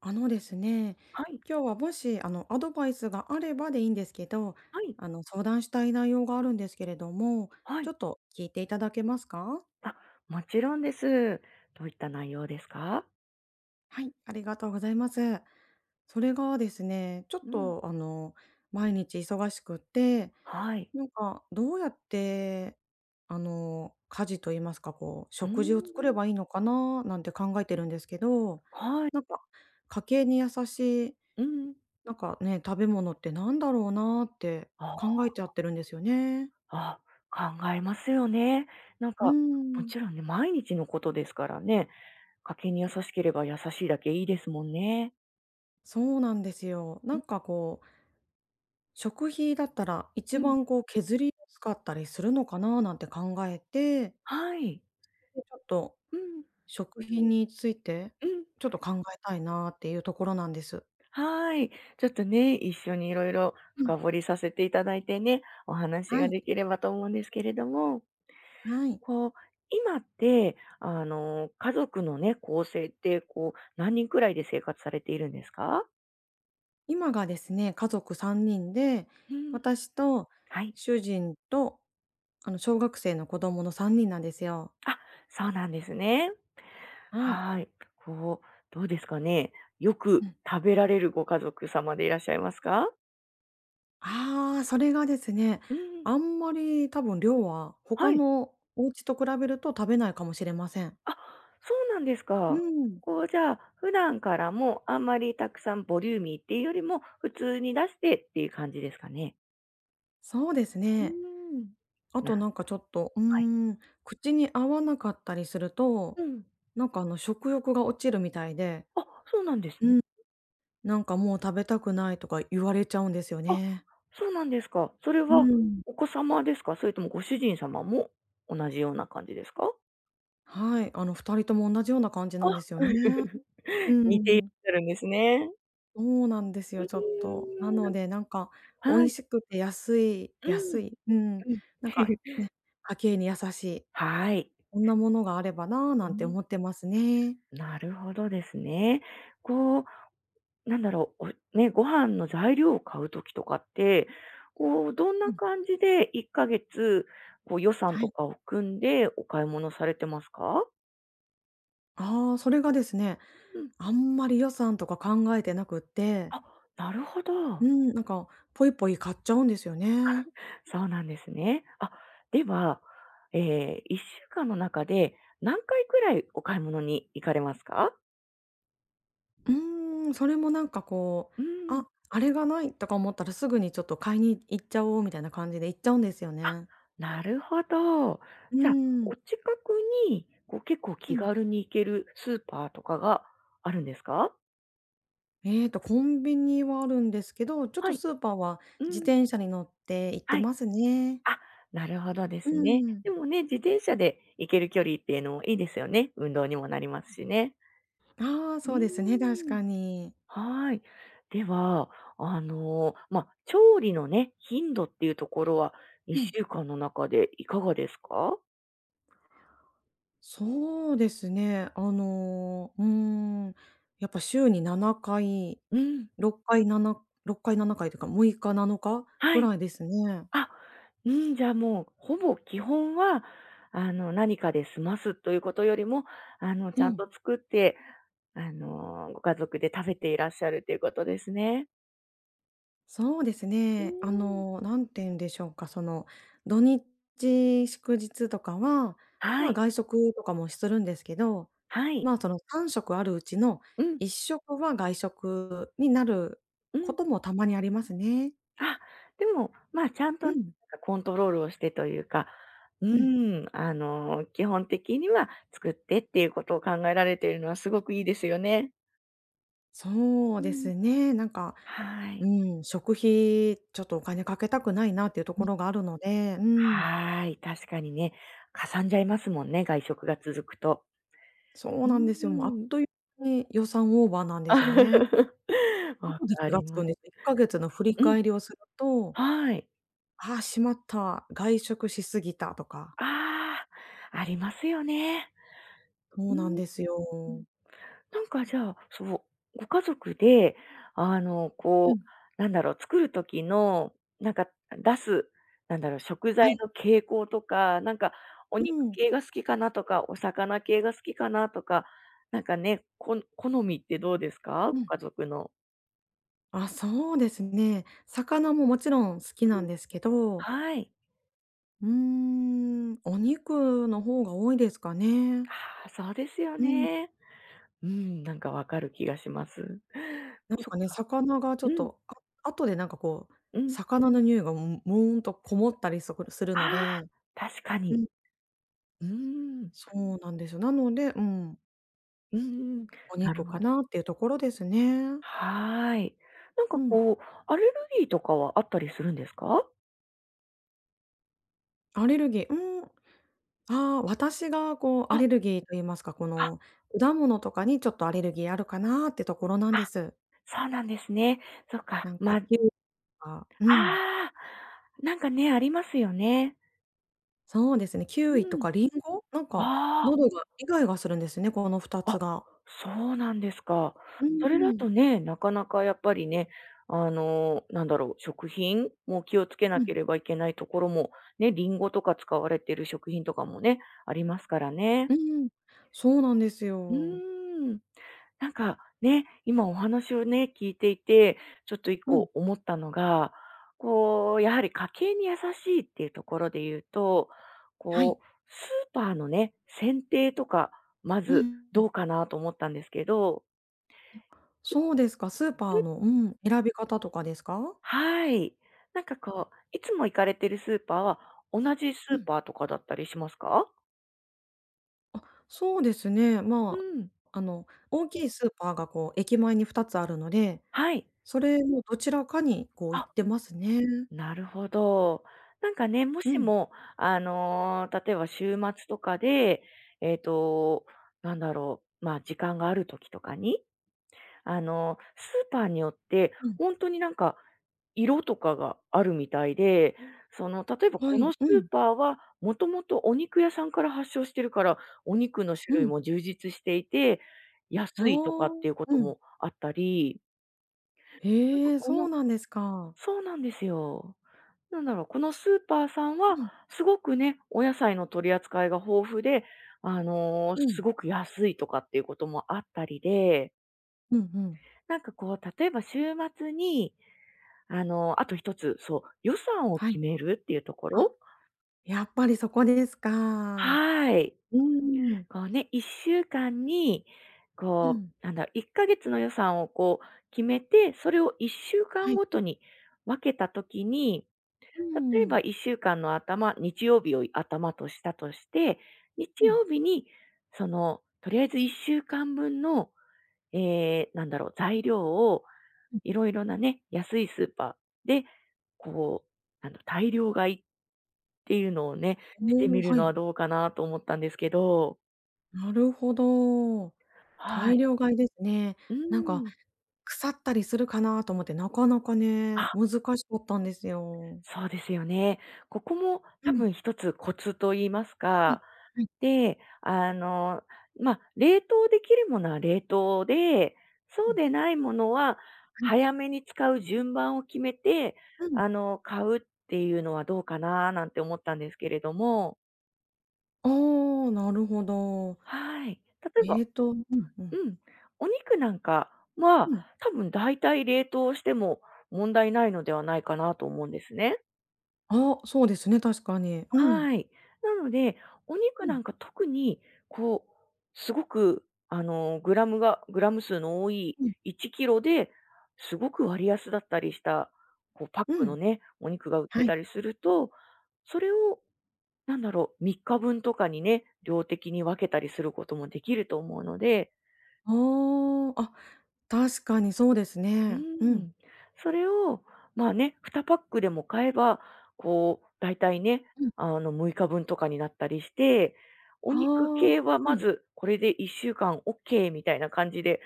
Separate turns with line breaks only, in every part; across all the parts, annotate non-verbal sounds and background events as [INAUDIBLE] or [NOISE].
ですね、
はい、
今日はもし、アドバイスがあればでいいんですけど、
はい、
相談したい内容があるんですけれども、
は
ちょ
い。
っと聞いていただけますか？
あ、もちろんです。どういった内容ですか？
はい、ありがとうございます。それがですね、ちょっ
うん、
と、毎日忙しくって、
はい。
なんかどうやって、家事と言いますか、こう、
うー
食事を作れ
ん、
ばいいのかななんて考えてるんですけど、
はい、
なんか家計に優しい
うん。
なんかね、食べ物ってなんだろうなって
あ
考えちゃってるんですよね。
あ、考えますよね。なん
うー
か、も
ん、
ちろんね、毎日のことですからね、家計に優しければ優しいだけいいですもんね。
そうなんですよ。
う
な
ん、
んかこう、食費だったら一
うん、
番こう削りやすかったりするのかななんて考えて、
はい。
で、ちょっと
うん、
食費について、
うん、
ちょっと考えたいなっていうところなんです。
はい。ちょっとね、一緒にいろいろ
うん。
深掘りさせていただいてね、お話
は
が
い、
できればと思うんですけれども、
はい。
こう、今って、家族のね、構成って、こう、何人くらいで生活されているんですか？
今がですね、家族3人で、
うん。
私と
はい。
主人と、小学生の子供の3人なんですよ。
あ、そうなんですね。
はい。
はい。こう、どうですかね。よ
う
く
ん。
食べられるご家族様でいらっしゃいますか？
ああ、それがですね、
うん。
あんまり多分量は
は
他
い。
のお家と比べると食べないかもしれません。
あ、そうなんです
う
か。
ん。
こう、じゃあ、普段からもあんまりたくさんボリューミーっていうよりも、普通に出してっていう感じですかね？
そうです
う
ね。
ーん。
あ
な
となんかちょっと、
はい。
口に合わなかったりすると、
うん。
なんか食欲が落ちるみたいで、
あ、そうなんです
う
ね。
ん。なんかもう食べたくないとか言われちゃうんですよ
あ、
ね。
そうなんですか。それ
う
は
ん。
お子様ですか？それともご主人様も同じような感じですか？
はい、あの2人とも同じような感じ
あ、
なんですよね。う
[LAUGHS] 似ていらっし
ん。
ゃるんですね。
そうなんです
う
よ、ちょっと。な
ー
の
ん。
で、なんか、美
は
味
い。
しくて安い
う
安
ん、
い、う
[LAUGHS]
ん、
うん。
なんか、
[LAUGHS]
ね、家計に優しい、
はい。
こんなものがあればな、な
う
んて
ん、
思ってますね。
なるほどですね。こう、なんだろう、ご飯の材料を買うときとかって、こう、どん
う
な
ん、
感じで1ヶ月、こう予算
は
と
い。
かを組んでお買い物されてますか？
ああ、それがですね、
うん。
あんまり予算とか考えてなくって、
あ、なるほど。
うん、なんか、ポイポイ買っちゃうんですよね。
そうなんですね。あ、では、ええ、1週間の中で何回くらいお買い物に行かれますか？
それもなんかこう、
うーん、
あ、あれがないとか思ったらすぐにちょっと買いに行っちゃおうみたいな感じで行っちゃうんですよね。
なるほど。
う
じゃ、あ、
ーん。
お近くに、こう、結構
う
気
ん。
軽に行けるスーパーとかがあるんですか？
コンビニはあるんですけど、ちょっ
は
と
い。
スーパーは
う
自
ん。
転車に乗って行って
はい。
ますね。
あ、なるほどで
う
すね。
ん。
でもね、自転車で行ける距離っていうのもいいですよね。運動にもなりますしね。
ああ、
うー
そうですね、確
ん。
かに。
はい。では、まあ、調理のね、頻度っていうところは、
う
1
ん。
週間の中でいかがですか？
そうですね、ん、やっぱ週に7回、
うん。
6回、7、6回7回というか6日、7日
は
ぐ
い。
らいですね。
あ、うん、じゃあ、もう、ほぼ基本は、何かで済ますということよりも、ち
う
ゃん
ん。
と作って、ご家族で食べていらっしゃるということですね。
そうです
う
ね。
ん。
何て言うんでしょうか、土日、祝日とかは、
は
ま、
い、
外食とかもするんですけど、
はい。
まあ、その3食あるうちの
うん。
1食は外食になる
う
こ
ん。
ともたまにありますね。
あ、でも、まあ、ちゃん
う
とね、
ん、
なんかコントロールをしてというか、う
うん。
ーん、基本的には作ってっていうことを考えられているのはすごくいいですよね。
そ
う
うで
ん。
すね。なんか、
は
う
い。
ん、食費ちょっとお金かけたくないなっていうと
う
こ
ん。
ろがあるので、うん、
はい、確かにね、かさんじゃいますもんね、外食が続くと。
そう
う
なんですよ。もうあっ
ん。
という間に予算オーバーなんですよね。
[LAUGHS] わ
後で
か
気が
り
つ
ま
くんで
す。
す。1ヶ月の振り
うん、
返りをすると、
はい。
ああ、しまった、外食しすぎたとか、
ああ、ありますよね。
そ
う
うなん
ん。
ですよ。
なんかじゃあ、そう、ご家族で、
う
こ
ん、
う、なんだろう、作る時の、なんか出す、なんだろう、食
は
材
い。
の傾向とか、なんかお
う
肉
ん、
系が好きかなとか、お魚系が好きかなとか、なんかね、好みってどうですか？
う
ご
ん。
家族の。
あ、そうですね。魚ももちろん好き
う
な
ん、
んですけど、
はい。
お肉の方が多いですかね。
ああ、そうですよ
うん。
ね。うん、なんかわかる気がします。[LAUGHS]
なん
そっ
かね、
か。
魚がちょ
う
っ
ん、
と、あ後でなんかこう、
うん。
魚の匂いが、むむーんとこもったりするの
ああ、
で、
確か
う
に。
ん、
うーん。
そうなんですよ。なのでうん。
うんうん。
お
なる
肉
ほど。
かなっていうところですね。
はーい。なんか
うん。
こう、アレルギーとかはあったりするんですか？
アレルギー、うん。ああ、私がこうア
あ、
レルギーと言いますか、こ
あ、
の果物とかにちょっとアレルギーあるかなってところなん
あ、
です。
そうなんですね。そっか、
なん
ま、
か
あ
キウイとかうん、
あ、なんかね、ありますよね。
そうですね、キウイと
うん。
かリンゴ、なんか
あ
喉がイガイガするんですね、この2
あ、
つ
あ、
が。
そうなんですか。
う
それだ
ん、
とね、なかなかやっぱりね、なんだろう、食品も気をつけな
うん、
ければいけないところも、ね、リンゴとか使われている食品とかもね、ありますからね。
うん、そうなんです
う
よ。
ーん。なんかね、今お話をね、聞いていて、ちょっと一
うん、
個思ったのが、こう、やはり家計に優しいっていうところで言うと、
は
こ
い。
う、スーパーのね、選定とか、ま
う
ず
ん、う
ど
ん。
うかなと思ったんですけど、
そうですか、スーパーの、うん、選び方とかですか？
はい。なんかこう、いつも行かれ
うん。あ、そうですね。まあ、大きいスーパーがこう駅前に2つあるので、それのどちらかにこう行ってますね。
なるほど。なんかね、も
う
し
ん、
も、例えば週末とかで、えっ、と、なんだろう、まあ、時間がある時とかに、スーパーによって、
うん、
本当になんか、色とかがあるみたいで、その、例えば
は
この
い、
ス
うん、
ーパーは、もともとお肉屋さんから発祥してるから、お肉の種
う
類
ん。
も充実していて、
ああ、
安いとかっていうこ
う
と
ん。
もあったり、なんか
へえ、
こ
そ
の、
うなんですか。
そうなんですよ。なんだろう、このスーパーさんは、
うん、
すごくね、お野菜の取り扱いが豊富で、
うん、
すごく安いとかっていうこともあったりで、
うんうん。
なんかこう、例えば週末に、あと一つ、そう、予算を
は
決
い。
めるっていうとこ
あ、
ろ、
やっぱりそこですか。
はい。
うーん、
こうね、1週間に、
う
こ
ん、
う、なんだ、1ヶ月の予算をこう決めて、それを1週
は
間
い。
ごとに分けたときに、
うー
例えば
ん、
1週間の頭、日曜日を頭としたとして、日
うん、
曜日にその、とりあえず1週間分の、えなんだろう、材料を
うん。
いろいろなね、安いスーパーで、こう、大量買いっていうのをね、して
お
み
お、
る
は
のは
い。
どうかなと思ったんですけど。
なるほど。
は
大
い。
量買いですね。
う
なんか、
ん。
腐ったりするかなと思って、なかなかね、
あ、
難しかったんですよ。
そうですよね。ここも
う
多
ん、
分一つコツと言います
うん、
か、
はい、
で、まあ、冷凍できるものは冷凍で、
う
そう
ん、
でないものは
はい、
早めに使う順番を決めて、
うん。
買うっていうのはどうかななんて思ったんですけれども。
ああ、なるほど。
はい。例えば
うん、う
う
ん。
ん、お肉なんか
う
は、
ん。
多分大体冷凍しても問題ないのではないかなと思うんですね。
あ、そうですね、確かに。うん。
はい。なので、お肉
う
な
ん、
んか特に、こう、すごく、グラム数の多い
うん。
1キロですごく割安だったりした、こう、パッ
う
クの
ん。
ね、お肉が売って
はい。
たりすると、それを、なんだろう、3日分とかにね、量的に分けたりすることもできると思うので、
ああ、あ、確かにそうです
う
ね。うん。
ん。それを、まあね、2パックでも買えば、こう、だいたいね、
うん。
6日分とかになったりして、お
あ
肉
あ。
系はま
うん
ず、これで1週間オッケーみたいな感じで、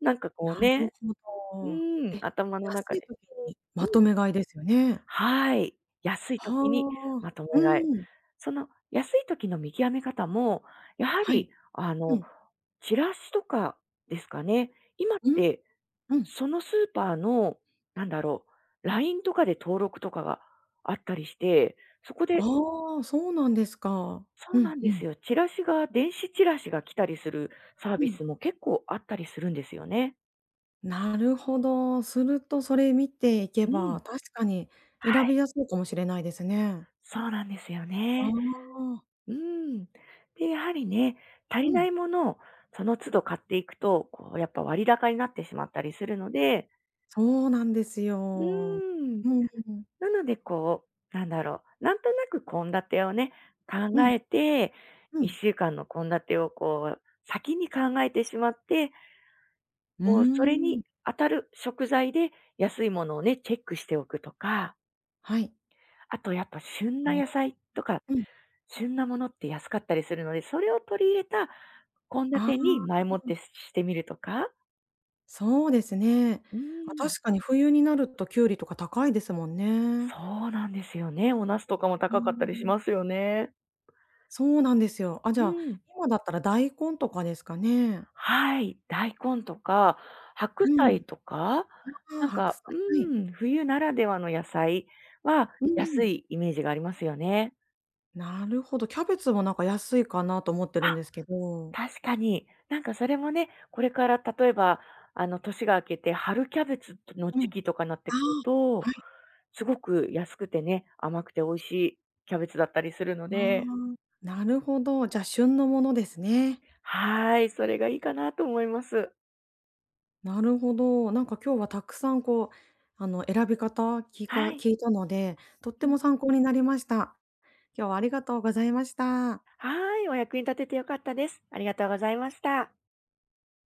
なんかこう
なる
ね、
ほ
う
ど。
ん、
え、
頭の
安
中
い
で
時に
う
まと
ん、
め買いですよね。
はい。安い時に
は
まと
あ。う
め買い。
ん。
その安い時の見極め方も、やは
は
り、
い。うん。
チラシとかですかね。今っ
うん。
て
うん。
そのスーパーの、なんだろう、LINE とかで登録とかがあったりして、そこで
ああ、そうなんですか。
そ
う
うな
ん
ん
う
です
ん。
よ、チラシが電子チラシが来たりするサー
う
ビ
ん。
スも結構あったりするんですよね。
なるほど。するとそれ見ていけ
うん。
ば、確かに
は
選び
い。
やすいかもしれないですね。
そうなんですよ
あ
ね。
あ。
うん。で、やはりね、足
う
りな
ん。
いものをその都度買っていくと、こうやっぱ割高になってしまったりするので、
そうなんです
う
よ。
ん。
うんうん。
なのでこう、なんだろう、なんとなく献立をね、考
うん、
えて、
うんうん。
1週間の献立をこう、先に考えてしまって、
う
こう、それ
ー
に
ん。
当たる食材で安いものをね、チェックしておくとか、
はい。
あとやっぱ旬
あ
な
あ。
野菜とか、
うん。
旬なものって安かったりするので、それを取り入れた献
あ
立に
あ。
前もってしてみるとか。
そうですね。
うー
あ、
ん、
確かに冬になるとキュウリとか高いですもんね。
そうなんですよね。お茄子とかも
うー
高かったりしま
ん。
すよね。
そうなんですよ。あ、
う
じゃあ、
ん。
今だったら大根とかですかね？
はい、大根とか白
う
菜
ん。
とか、
あ
な
あ、
ん
白
か、
菜、
う
はい。
ん、冬ならではの野菜は
う
安
ん。
いイメージがありますよね。
なるほど。キャベツもなんか安いかなと思ってるん
あ、
ですけど。
確かに。なんかそれもね、これから例えば、年が明けて春キャベツの
うん。
時期とかになって
ああ、
くると、
はい。
すごく安くてね、甘くて美味しいキャベツだったりするの
ああ、
で、
なるほど。じゃあ、旬のものですね。
はい、それがいいかなと思います。
なるほど。なんか今日はたくさんこう、選び方、
はい。
聞いたので、とっ
う
て
ん、
も参考になりました。今日はありがとうございました。
はい、お役に立ててよかったです。ありがとうございました。